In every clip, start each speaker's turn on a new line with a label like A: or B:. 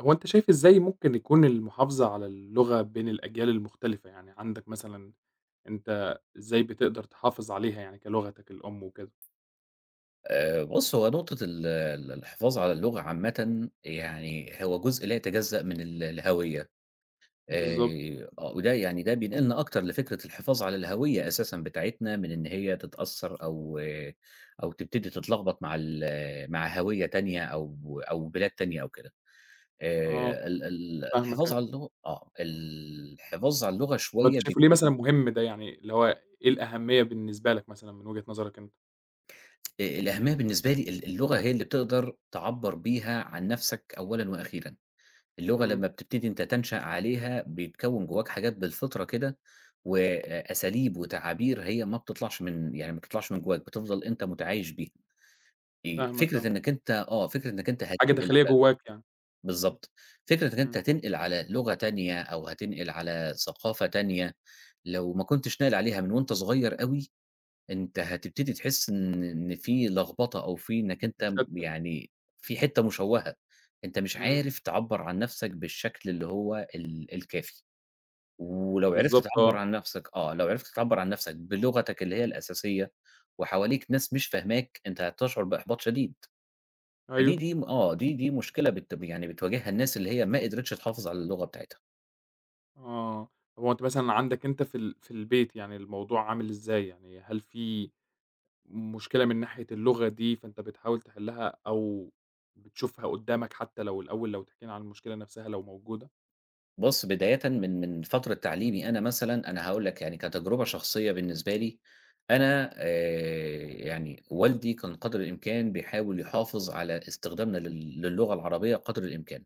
A: هو أنت شايف إزاي ممكن يكون المحافظة على اللغة بين الأجيال المختلفة؟ يعني عندك مثلًا أنت إزاي بتقدر تحافظ عليها يعني كلغتك الأم وكده؟
B: بُص، هو نقطة ال ال الحفاظ على اللغة عامةً، يعني هو جزء لا يتجزأ من الهوية.
A: بالضبط،
B: وده يعني ده بينقلنا أكتر لفكرة الحفاظ على الهوية أساسًا بتاعتنا من إن هي تتأثّر أو تبتدي تتلخبط مع مع هوية تانية أو بلاد تانية أو كده.
A: آه،
B: ال ال
A: فاهمك
B: الحفاظ
A: أيوه.
B: على اللغة الحفاظ على اللغة
A: طب أنت
B: شوية
A: شايفه ليه مثلًا
B: بيبتدي.
A: مهم ده يعني، اللي هو إيه الأهمية بالنسبة لك مثلًا من وجهة نظرك أنت؟
B: الأهمية بالنسبة لي اللغة هي اللي بتقدر تعبّر بيها عن نَفْسك أولًا وأخيرًا. اللغة
A: إمم،
B: لمّا بتبتدي أنت تنشأ عليها، بيتكوّن جواك حاجات بالفطرة كده، وأساليب وتعابير هي ما بتطلعش من، يعني ما بتطلعش من جواك، بتفضل أنت متعايش بيها.
A: فاهمك
B: فكرة
A: آه،
B: إنّك أنت فكرة إنّك أنت
A: حاجة
B: هتنقل
A: داخلية
B: على.
A: جواك يعني، إمم،
B: بالضبط. فكرة إنّك أنت
A: إمم،
B: هتنقل على لغة تانية أو هتنقل على ثقافة تانية، لو ما كنتش ناقل عليها من وأنت صغير أوي، أنت هتبتدي تحس إن في لخبطة أو في إنك أنت
A: مشتت،
B: م يعني في حتّة مشوّهة، أنت مش
A: إمم،
B: عارف تعبّر عن نَفْسك بالشكل اللي هو الكافي، ولو عرفت
A: بالضبط
B: تعبّر
A: آه،
B: عن نَفْسك آه، لو عرفت تعبّر عن نَفْسك بلغتك اللي هي الأساسية وحواليك ناس مش فاهماك، أنت هتشعر بإحباط شديد، فدي
A: أيوه،
B: دي م آه، دي دي مشكلة بت يعني بتواجهها الناس اللي هي ما قدرتش تحافظ على اللغة بتاعتها.
A: آه، طب هو أنت مثلًا عندك أنت في البيت يعني الموضوع عامل إزاي يعني، هل في مشكلة من ناحية اللغة دي، فأنت بتحاول تحلّها أو بتشوفها قدّامك حتى لو الأول لو تحكي لنا عن المشكلة نفسها لو موجودة،
B: بُص، بدايةً من فترة
A: إمم.
B: تعليمي أنا مثلًا، أنا هاقول لك يعني كتجربة شخصية بالنسبة لي. أنا يعني والدي كان قدر الإمكان بيحاول يحافظ على استخدامنا للغة العربية قدر الإمكان.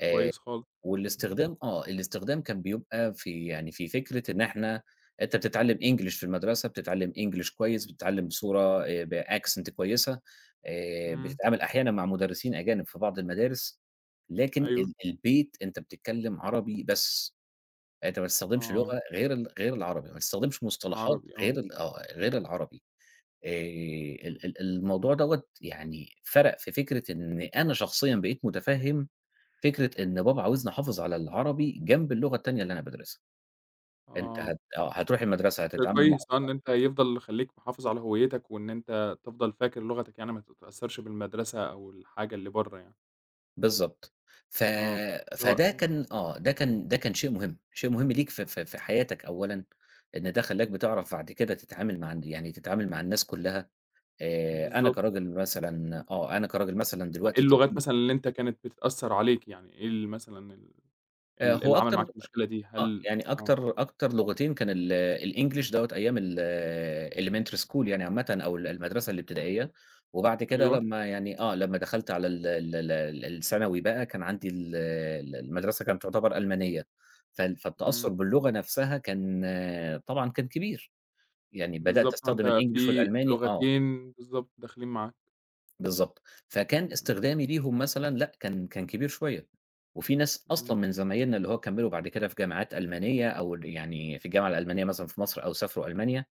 B: آآ
A: كويس خالص، إمم،
B: والاستخدام الاستخدام كان بيبقى في، يعني في فكرة إن إحنا، أنت بتتعلّم English في المدرسة، بتتعلّم English كويس، بتتعلّم بصورة بaccent كويسة.
A: إمم،
B: بتتعامل أحيانًا مع مدرسين أجانب في بعض المدارس، لكن
A: أيوه،
B: البيت أنت بتتكلّم عربي بس، أنت ما بتستخدمش
A: آه،
B: لغة غير العربي، ما بتستخدمش مصطلحات
A: عربي آه،
B: غير العربي. آآ ال ال الموضوع دوّة، يعني فرَق في فكرة إن أنا شخصيًا بقيت مُتفهِّم فكرة إن بابا عاوزني أحافظ على العربي جنب اللغة التانية اللي أنا بادرسها. أنت
A: آه،
B: هت آه، هتروح المدرسة
A: شيء
B: هتتعامل مع.
A: كويس آه، إن أنت يفضل خلّيك محافظ على هويتك وإن أنت تفضل فاكر لغتك يعني ما تتأثّرش بالمدرسة أو الحاجة اللي برّه يعني،
B: بالضبط. ف
A: آه، اللي
B: فده
A: هو
B: كان ده كان شيء مهم، شيء مهم ليك في حياتك أولًا، إن ده خلّاك بتعرف بعد كده تتعامل مع يعني تتعامل مع الناس كلّها. أنا
A: بالضبط،
B: كراجل مثلًا أنا كراجل مثلًا
A: آه،
B: دلوقتي
A: إيه اللغات
B: طبيب.
A: مثلًا اللي أنت كانت بتتأثّر عليك يعني، إيه ال مثلًا ال ال
B: هو
A: اللي عمل
B: أكتر
A: معاك المشكلة دي؟ هل آه،
B: أكتر لغتين كان الEnglish دوّة أيام elementary school، يعني عامةً أو المدرسة الابتدائية. وبعد كده
A: أيوه،
B: لمّا، يعني لمّا دخلت على ال ال ال ال الثانوي بقى، كان عندي ال ال المدرسة كانت تعتبر ألمانية. فالتأثُّر
A: إمم.
B: باللغة نفسها كان طبعًا كان كبير. يعني بدأت
A: بالضبط، آه، أنت
B: أستخدم الEnglish
A: في
B: والألماني
A: لغتين بالضبط داخلين معاك.
B: بالضبط. فكان
A: إمم،
B: استخدامي ليهم مثلًا لأ، كان كبير شوية. وفي ناس أصلًا
A: إمم،
B: من زمايلنا اللي هو كمّلوا بعد كده في جامعات ألمانية أو يعني في الجامعة الألمانية مثلًا في مصر أو سافروا ألمانيا.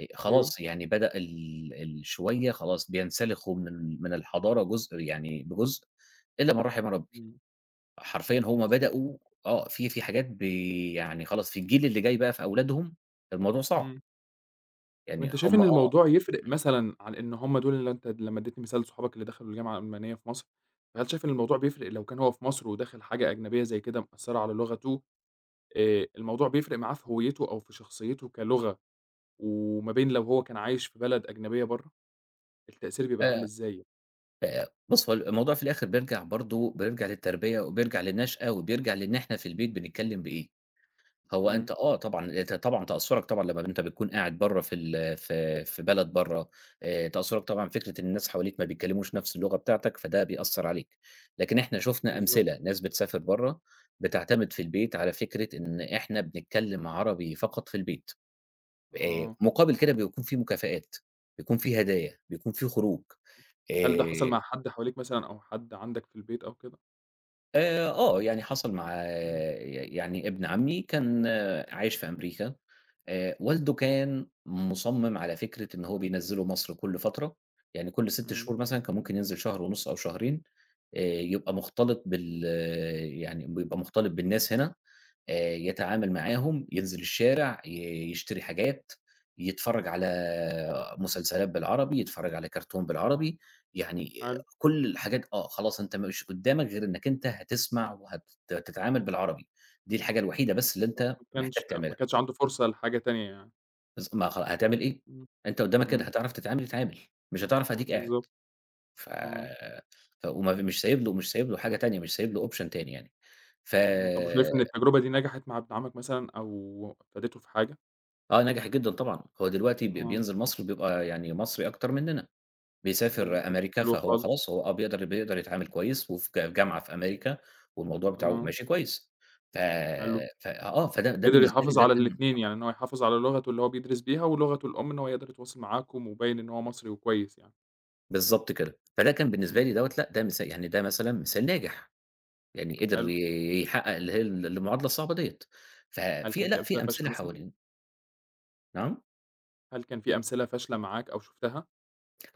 A: أيوه،
B: خلاص يعني بدأ ال ال شوية خلاص بينسلخوا من الحضارة جزء، يعني بجزء، إلا من رحم ربي.
A: إمم،
B: حرفيًا هم
A: بالضبط،
B: بدأوا آه، في في حاجات ب، يعني خلاص في الجيل اللي جاي بقى في أولادهم الموضوع صعب،
A: إمم. طب
B: يعني
A: أنت شايف
B: هم
A: إن
B: آه.
A: الموضوع يفرق مثلًا عن إن هم دول اللي أنت لمّا ادّيتني مثال صحابك اللي دخلوا الجامعة الألمانية في مصر، فهل شايف إن الموضوع بيفرق لو كان هو في مصر وداخل حاجة أجنبية زي كده مأثّرة على لغته، الموضوع بيفرق معاه في هويته أو في شخصيته كلغة، وما بين لو هو كان عايش في بلد أجنبية برّه، التأثير بيبقى عامل
B: إمم.
A: إزاي؟
B: بُص، هو الموضوع في الآخر بيرجع برضه، بيرجع للتربية وبيرجع للنشأة وبيرجع لإن إحنا في البيت بنتكلّم بإيه. هو
A: إمم،
B: أنت طبعًا، أنت طبعًا تأثُّرك طبعًا لمّا أنت بتكون قاعد برّه في ال في في بلد برّه. تأثُّرك طبعًا فكرة إن الناس حواليك ما بيتكلّموش نفس اللغة بتاعتك، فده بيأثّر عليك. لكن إحنا شُفنا
A: بالضبط،
B: أمثلة، ناس بتسافر برّه بتعتمد في البيت على فكرة إن إحنا بنتكلّم عربي فقط في البيت.
A: آه.
B: مُقابل كده بيكون في مكافآت، بيكون في هدايا، بيكون في خروج.
A: هل ده حصل
B: آآ
A: مع حد حواليك مثلًا أو حد عندك في البيت أو كده؟
B: آه، يعني حصل مع ي،
A: إمم،
B: يعني ابن عمي كان عايش في أمريكا. والده كان مُصمِّم على فكرة إن هو بينزّله مصر كل فترة. يعني كل 6
A: إمم،
B: شهور مثلًا كان ممكن ينزل شهر ونُص أو شهرين. يبقى مختلط بال، يعني بيبقى مختلط بالناس هنا. يتعامل معاهم، ينزل الشارع، ي يشتري حاجات، يتفرّج على مسلسلات بالعربي، يتفرّج على كرتون بالعربي، يعني
A: حلو،
B: كل الحاجات خلاص أنت مش قدّامك غير إنّك أنت هتسمع وهت هتتعامل بالعربي، دي الحاجة الوحيدة بس اللي
A: طَب
B: أنت
A: ما
B: محتاج
A: كانش ما
B: تعملها.
A: كانش عنده فرصة لحاجة تانية يعني،
B: بس ما خ هتعمل إيه؟
A: إمم،
B: أنت قدّامك كده
A: إمم،
B: هتعرف تتعامل، اتعامل، مش هتعرف أديك قاعد.
A: بالضبط،
B: ف
A: آه،
B: ف وما في، مش سايب له، مش سايب له حاجة تانية، مش سايب له option تاني يعني. ف.
A: إمم، طَب وشايف إن التجربة دي نجحت مع ابن عمك مثلًا أو فادته في حاجة؟
B: آه، ناجح جدًا طبعًا، هو دلوقتي ب
A: آه،
B: بينزل مصر بيبقى يعني مصري أكتر مننا. بيسافر
A: بالضبط،
B: أمريكا،
A: حلو
B: فهو
A: خالص،
B: خلاص هو بيقدر يتعامل كويس، وفي ج جامعة في أمريكا، والموضوع بتاعه
A: آه،
B: ماشي كويس. ف
A: حلو،
B: ف فده ده
A: قدر
B: بالنسبة لي
A: يحافظ
B: ده
A: على
B: كان.
A: الاتنين يعني إن هو يحافظ على لغته اللي هو بيدرس بيها ولغته الأم إن هو يقدر يتواصل معاكم وباين إن هو مصري وكويس يعني،
B: بالضبط كده، فده كان بالنسبة
A: إمم،
B: لي دوّة لأ، ده مثا، يعني ده مثلًا مثال ناجح، يعني قدر
A: حلو،
B: ي يحقق اللي هي المعادلة الصعبة ديّة.
A: هل
B: ففي
A: كان في
B: لأ،
A: أمثلة
B: في أمثلة
A: فاشلة مثلًا؟
B: حوالينا. نعم؟
A: هل كان في أمثلة فاشلة معاك أو شُفتها؟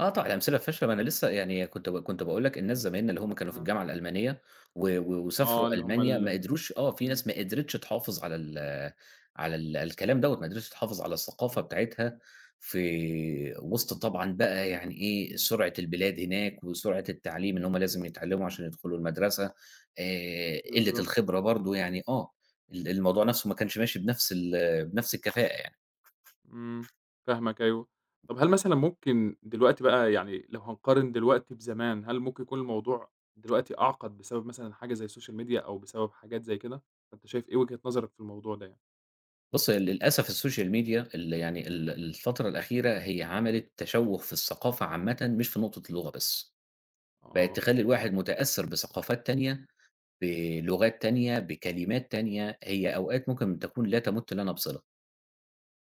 B: آه طبعًا الأمثلة فاشلة، ما أنا لسه يعني كنت باقول لك الناس زمايلنا اللي هم كانوا في
A: آه،
B: الجامعة الألمانية و و
A: آه،
B: وسافروا
A: اللي هم
B: ألمانيا ما
A: ال
B: قدروش في
A: إمم،
B: ناس ما قدرتش تحافظ على ال على ال الكلام دوّة، ما قدرتش تحافظ على الثقافة
A: إمم،
B: بتاعتها في وسط طبعًا بقى، يعني إيه، سرعة البلاد هناك وسرعة التعليم، إن هم لازم يتعلموا عشان يدخلوا المدرسة. قِلّة
A: بالضبط.
B: الخبرة برضه، يعني آه، ال الموضوع نَفْسه ما كانش ماشي بنَفْس بنَفْس الكفاءة يعني.
A: إمم، فاهمك أيوه. طب هل مثلًا ممكن دلوقتي بقى يعني لو هنقارن دلوقتي بزمان، هل ممكن يكون الموضوع دلوقتي أعقد بسبب مثلًا حاجة زي السوشيال ميديا أو بسبب حاجات زي كده؟ فأنت شايف إيه وجهة نظرك في الموضوع ده يعني؟
B: بُص، هي للأسف السوشيال ميديا يعني الفترة الأخيرة هي عملت تشوُّه في الثقافة عامةً مش في نقطة اللغة بس، بقت
A: آه،
B: تخلّي الواحد متأثّر بثقافات تانية، بلغات تانية، بكلمات تانية، هي أوقات ممكن تكون لا تَمُت لنا بصِلة،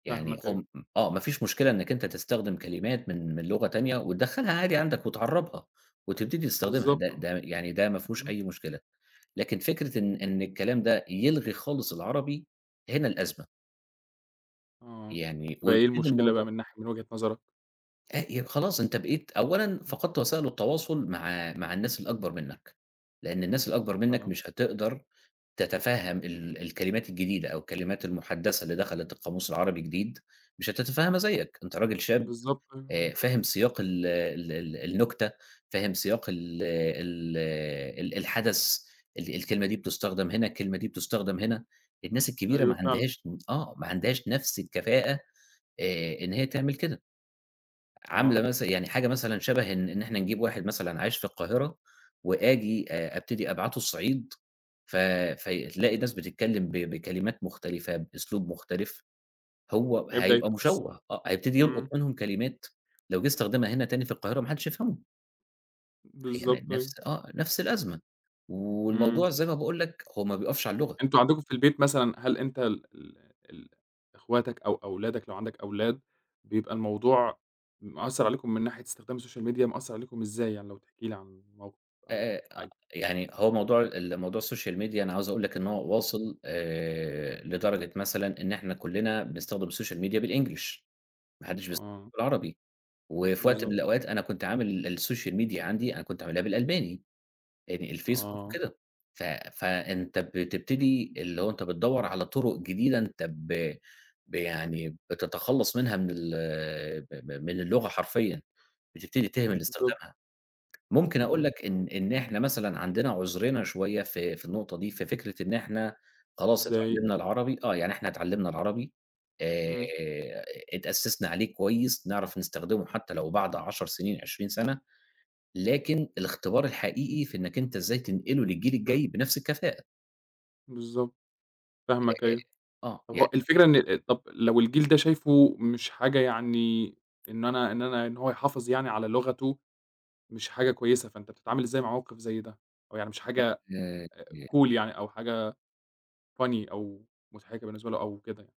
B: يعني
A: فاهمك أيوه،
B: هم ما فيش مشكلة إنّك أنت تستخدم كلمات من لغة تانية وتدخّلها عادي عندك وتعرّبها وتبتدي تستخدمها، ده
A: بالضبط آه،
B: ده يعني ده ما فيهوش
A: إمم،
B: أي مشكلة. لكن فكرة إن الكلام ده يلغي خالص العربي، هنا الأزمة.
A: آه.
B: يعني
A: طب إيه
B: ويبتدي
A: المشكلة
B: الموضوع.
A: بقى من وجهة نظرك؟
B: ي خلاص أنت بقيت أولًا
A: إمم،
B: فقدت وسائل التواصل مع مع الناس الأكبر منّك، لإن الناس الأكبر
A: حصل
B: منّك
A: آه،
B: مش هتقدر تتفهم الكلمات الجديدة أو الكلمات المُحدّثة اللي دخلت القاموس العربي جديد، مش هتتفهمها زيّك، أنت راجل شاب
A: بالضبط أيوه،
B: فاهم سياق ال ال ال النكتة، فاهم سياق ال ال ال الحدث، الكلمة دي بتستخدم هنا، الكلمة دي بتستخدم هنا، الناس
A: آه،
B: الكبيرة ما
A: أيوه فعلًا،
B: عندهاش ما عندهاش نفس الكفاءة إن هي تعمل كده. عاملة
A: آه،
B: مثلًا، يعني حاجة مثلًا شبه إن إحنا نجيب واحد مثلًا عايش في القاهرة وآجي أبتدي أبعته الصعيد، ف فتلاقي الناس بتتكلم ب بكلمات مختلفة، بأسلوب مختلف، هو
A: هيبدأ
B: هيبقى
A: يتأثر،
B: مشوَّه، هيبتدي يلقط
A: إمم،
B: منهم كلمات لو جه استخدمها هنا تاني في القاهرة ما حدش يفهمه، هي ن
A: بالضبط أيوه،
B: نفس نفس الأزمة،
A: إمم.
B: والموضوع زي ما باقول لك هو ما بيقفش على
A: طب
B: اللغة.
A: أنتم عندكم في البيت مثلًا هل أنت ال ال ال إخواتك أو أولادك لو عندك أولاد، بيبقى الموضوع مأثّر عليكم من ناحية استخدام السوشيال ميديا، مأثّر عليكم إزاي يعني لو تحكي لي عن موقف أو
B: آآ آآ
A: حاجة؟
B: يعني هو موضوع موضوع السوشيال ميديا، أنا عاوز أقول لك إن هو واصل لدرجة مثلًا إن إحنا كُلّنا بنستخدم السوشيال ميديا بالEnglish، ما حدّش بيستخدمها
A: آه،
B: بالعربي. وفي وقت من
A: بالضبط،
B: الأوقات أنا كنت عامل السوشيال ميديا عندي، أنا كنت عاملها بالألباني، يعني الفيسبوك
A: آه،
B: وكده. ف فأنت بتبتدي اللي هو أنت بتدوّر على طُرق جديدة، أنت ب ب يعني بتتخلّص منها من ال ب ب من اللغة حرفيًا، بتبتدي تهمل
A: بالضبط،
B: استخدامها. ممكن أقول
A: إمم،
B: لك إن إحنا مثلًا عندنا عُذرنا شوية في النقطة دي، في فكرة إن إحنا خلاص
A: إزاي؟
B: اتعلّمنا العربي يعني إحنا اتعلّمنا العربي، آآ،
A: إمم،
B: اتأسّسنا عليه كويس، نعرف نستخدمه حتى لو بعد 10 سنين، 20 سَنة. لكن الاختبار الحقيقي في إنّك أنت إزاي تنقله للجيل الجاي بنفس الكفاءة.
A: بالضبط، فاهمك أيوه.
B: آه،
A: طب هو الفكرة إن طب لو الجيل ده شايفه مش حاجة يعني إن هو يحافظ يعني على لغته مش حاجة كويسة، فأنت بتتعامل إزاي مع موقف زي ده؟ أو يعني مش حاجة
B: يعني.
A: cool يعني أو حاجة funny أو مضحكة بالنسبة له أو كده يعني،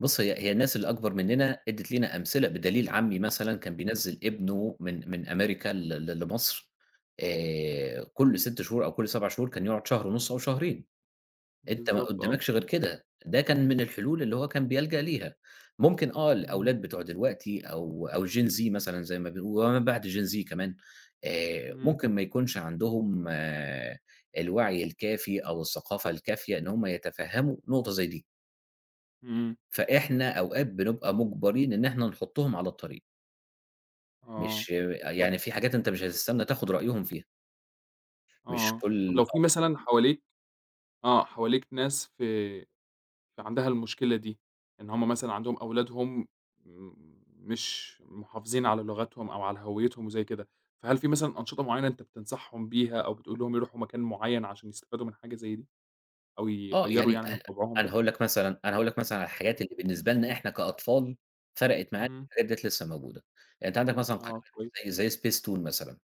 B: بُص، هي هي الناس اللي أكبر مننا ادّت لينا أمثلة، بدليل عمي مثلًا كان
A: إمم،
B: بينزّل ابنه من من أمريكا ل ل لمصر. كل 6 شهور أو كل 7 شهور كان يقعد شهر ونُص أو شهرين. أنت ما
A: بالضبط آه،
B: قدّامكش غير كده، ده كان من الحلول اللي هو كان بيلجأ ليها. ممكن
A: إمم،
B: الأولاد بتوع دلوقتي أو Gen Z مثلًا زي ما بيقولوا، وما بعد Gen Z كمان،
A: إمم،
B: ممكن ما يكونش عندهم الوعي الكافي أو الثقافة الكافية إن هم يتفهّموا نقطة زي دي.
A: إمم،
B: فإحنا أوقات بنبقى مُجبرين إن إحنا نحُطّهم على الطريق،
A: آه،
B: مش،
A: طب
B: يعني في حاجات أنت مش هتستنى تاخد رأيهم فيها، مش
A: آه، طب
B: كل
A: لو في
B: آه، مش
A: مثلًا
B: كل.
A: حواليك ناس في عندها المشكلة دي، إن هُم مثلًا عندهم أولادهم م مش محافظين على لغتهم أو على هويتهم وزي كده، فهل في مثلًا أنشطة معينة أنت بتنصحهم بيها أو بتقول لهم يروحوا مكان معين عشان يستفادوا من حاجة زي دي، أو
B: آه،
A: يغيّروا
B: يعني
A: يعني
B: أ
A: من طبعهم
B: أنا
A: ده؟
B: هاقول لك مثلًا، أنا هاقول لك مثلًا على الحاجات اللي بالنسبة لنا إحنا كأطفال فرقت معانا،
A: إمم،
B: الحاجات ديّة لسه موجودة. يعني أنت عندك مثلًا
A: آه
B: قنوات
A: كويس،
B: زي Space Toon مثلًا.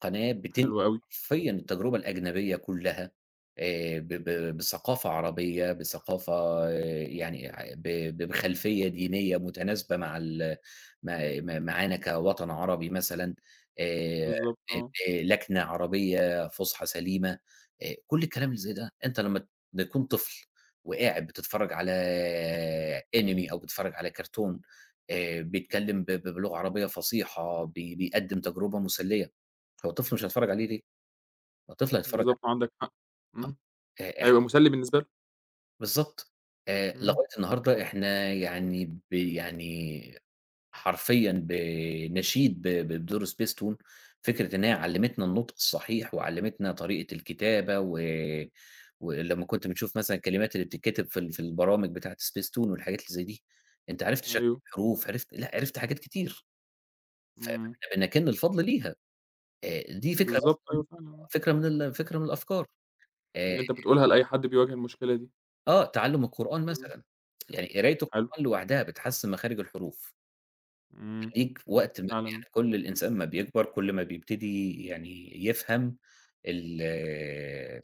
B: قناة بتنقل
A: حلو أوي،
B: حرفيًا التجربة الأجنبية كلّها ب ب بثقافة عربية، بثقافة يعني ع ب ب، بخلفية دينية متناسبة مع ما ما معانا كوطن عربي مثلًا. آآ
A: بالضبط
B: ب
A: آه.
B: بلكنة عربية فُصحى سليمة. كل الكلام اللي زي ده، أنت لمّا تكون طفل وقاعد بتتفرّج على Anime أو بتتفرّج على كرتون بيتكلّم ب ب بلغة عربية فصيحة، بيقدّم تجربة مسلية. هو الطفل مش هيتفرّج عليه ليه؟ ما الطفل هيتفرّج
A: بالضبط،
B: عليه.
A: عندك حق. إمم،
B: آه، إح
A: هيبقى مسلّي بالنسبة له.
B: بالضبط.
A: إمم،
B: لغاية النهارده إحنا يعني ب، يعني حرفيًا بنشيد بدور سبيستون، فكرة إن هي علّمتنا النطق الصحيح وعلّمتنا طريقة الكتابة. و ولمّا كنت بتشوف مثلًا الكلمات اللي بتتكتب في ال في البرامج بتاعة سبيستون والحاجات اللي زي دي، أنت عرفت شكل
A: أيوه،
B: الحروف، عرفت لأ، عرفت حاجات كتير،
A: إمم،
B: فإحنا بنَكِن الفضل ليها. دي فكرة
A: بالضبط،
B: مثلًا،
A: أيوه فعلًا آه،
B: فكرة من ال فكرة من الأفكار. آآ
A: اللي أنت بتقولها لأي حد بيواجه المشكلة دي.
B: تعلُّم القرآن
A: إمم،
B: مثلًا، يعني قراية
A: حلو،
B: القرآن لوحدها بتحسِّن مخارج الحروف،
A: إمم،
B: تخلّيك وقت ما،
A: فعلًا
B: يعني كل الإنسان ما بيكبر كل ما بيبتدي، يعني يفهم ال ال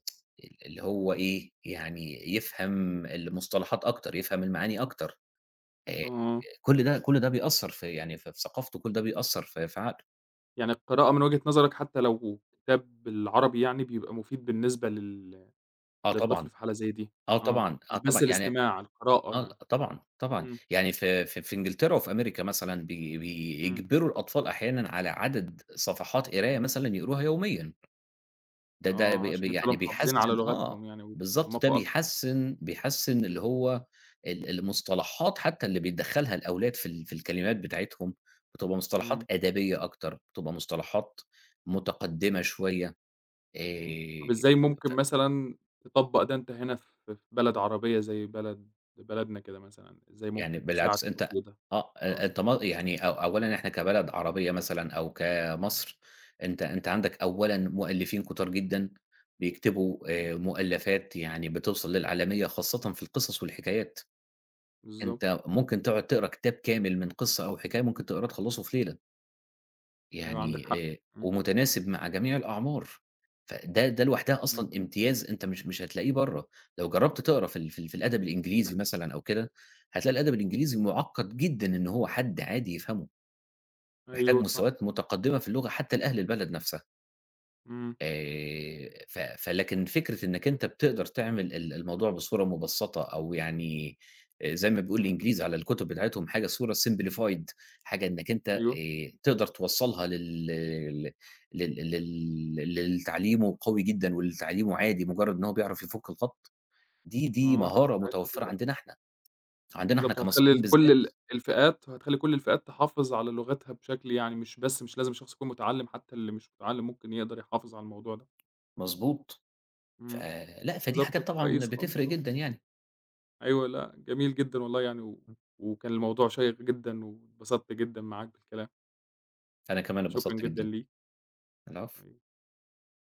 B: اللي هو إيه، يعني يفهم المصطلحات أكتر، يفهم المعاني أكتر. آآ
A: آه، آه،
B: كل ده كل ده بيأثّر في، يعني في في ثقافته، كل ده بيأثّر في في عقله.
A: يعني القراءة من وجهة نظرك حتى لو كتاب بالعربي يعني بيبقى مفيد بالنسبة
B: آه
A: للطفل
B: طبعًا،
A: في حالة زي دي،
B: آه
A: آه،
B: طبعًا، آه
A: مش
B: طبعًا،
A: بس
B: يعني
A: الاستماع، القراءة يعني.
B: لأ طبعًا، طبعًا.
A: إمم،
B: يعني في في في إنجلترا وفي أمريكا مثلًا،
A: إمم،
B: بيجبروا الأطفال أحيانًا على عدد صفحات قراية مثلًا يقروها يوميًا. ده ده ب
A: آه،
B: ب،
A: عشان يفضلوا
B: يعني
A: محافظين على
B: بيحسّن
A: لغتهم يعني
B: بالضبط. ده
A: ويتعمقوا أكتر،
B: بيحسّن بيحسّن اللي هو المصطلحات حتّى اللي بيتدخّلها الأولاد في في الكلمات بتاعتهم، بتبقى مصطلحات
A: إمم.
B: أدبية أكتر، بتبقى مصطلحات متقدّمة شوية.
A: إمم.
B: آآ
A: طب إزاي ممكن
B: ف
A: مثلًا تطبّق ده أنت هنا في بلد عربية زي بلدنا كده مثلًا، إزاي
B: يعني
A: ممكن تساعد
B: بالعكس
A: في
B: أنت
A: التطبيق ده؟
B: آه، أ
A: آه.
B: أنت م، يعني أو أولًا إحنا كبلد عربية مثلًا أو
A: إمم،
B: كمصر، أنت أنت عندك أولًا مؤلفين كتار جدًا بيكتبوا
A: إمم.
B: مؤلفات يعني بتوصل للعالمية خاصةً في القصص والحكايات.
A: بالضبط،
B: أنت ممكن تقعد تقرا كتاب كامل من قصة أو حكاية ممكن تقراه تخلّصه في ليلة.
A: أيوه عندك
B: يعني
A: حق. إمم،
B: ومتناسب مع جميع الأعمار، فده ده لوحدها
A: إمم.
B: أصلًا امتياز أنت مش مش هتلاقيه برّه. لو جرّبت تقرا في ال في ال في الأدب الإنجليزي مثلًا أو كده، هتلاقي الأدب الإنجليزي مُعقّد جدًا إن هو حد عادي يفهمه، محتاج
A: أيوه صح،
B: مستويات متقدمة في اللغة حتى لأهل البلد نفسها.
A: إمم،
B: ف فلكن فكرة إنّك أنت بتقدر تعمل الموضوع بصورة مُبسّطة أو يعني زي ما بيقول الإنجليز على الكُتب بتاعتهم حاجة صورة simplified، حاجة إنّك أنت
A: أيوه،
B: تقدر توصّلها لل للي تعليمه قوي جدًا واللي تعليمه عادي، مُجرّد إن هو بيعرف يفُك الخط. دي دي
A: آه.
B: مهارة
A: ساعتها
B: متوفّرة
A: تبقى
B: عندنا إحنا، عندنا إحنا
A: بالضبط،
B: كمصريين بالذات.
A: هتخلّي كل الفئات تحافظ على لغتها بشكل يعني مش بس مش لازم الشخص يكون متعلّم، حتى اللي مش متعلّم ممكن يقدر يحافظ على الموضوع ده.
B: مضبوط.
A: إمم،
B: فلأ، فدي حاجات
A: بالضبط،
B: طبعًا
A: كويس خالص،
B: بتفرق
A: آه.
B: جدًا يعني.
A: أيوه، لأ، جميل جدًا والله يعني وكان الموضوع شيّق جدًا واتبسطت جدًا معاك بالكلام،
B: أنا كمان
A: شكرًا
B: اتبسطت
A: جدًا
B: جدًا.
A: ليك،
B: العفو.
A: أيوه.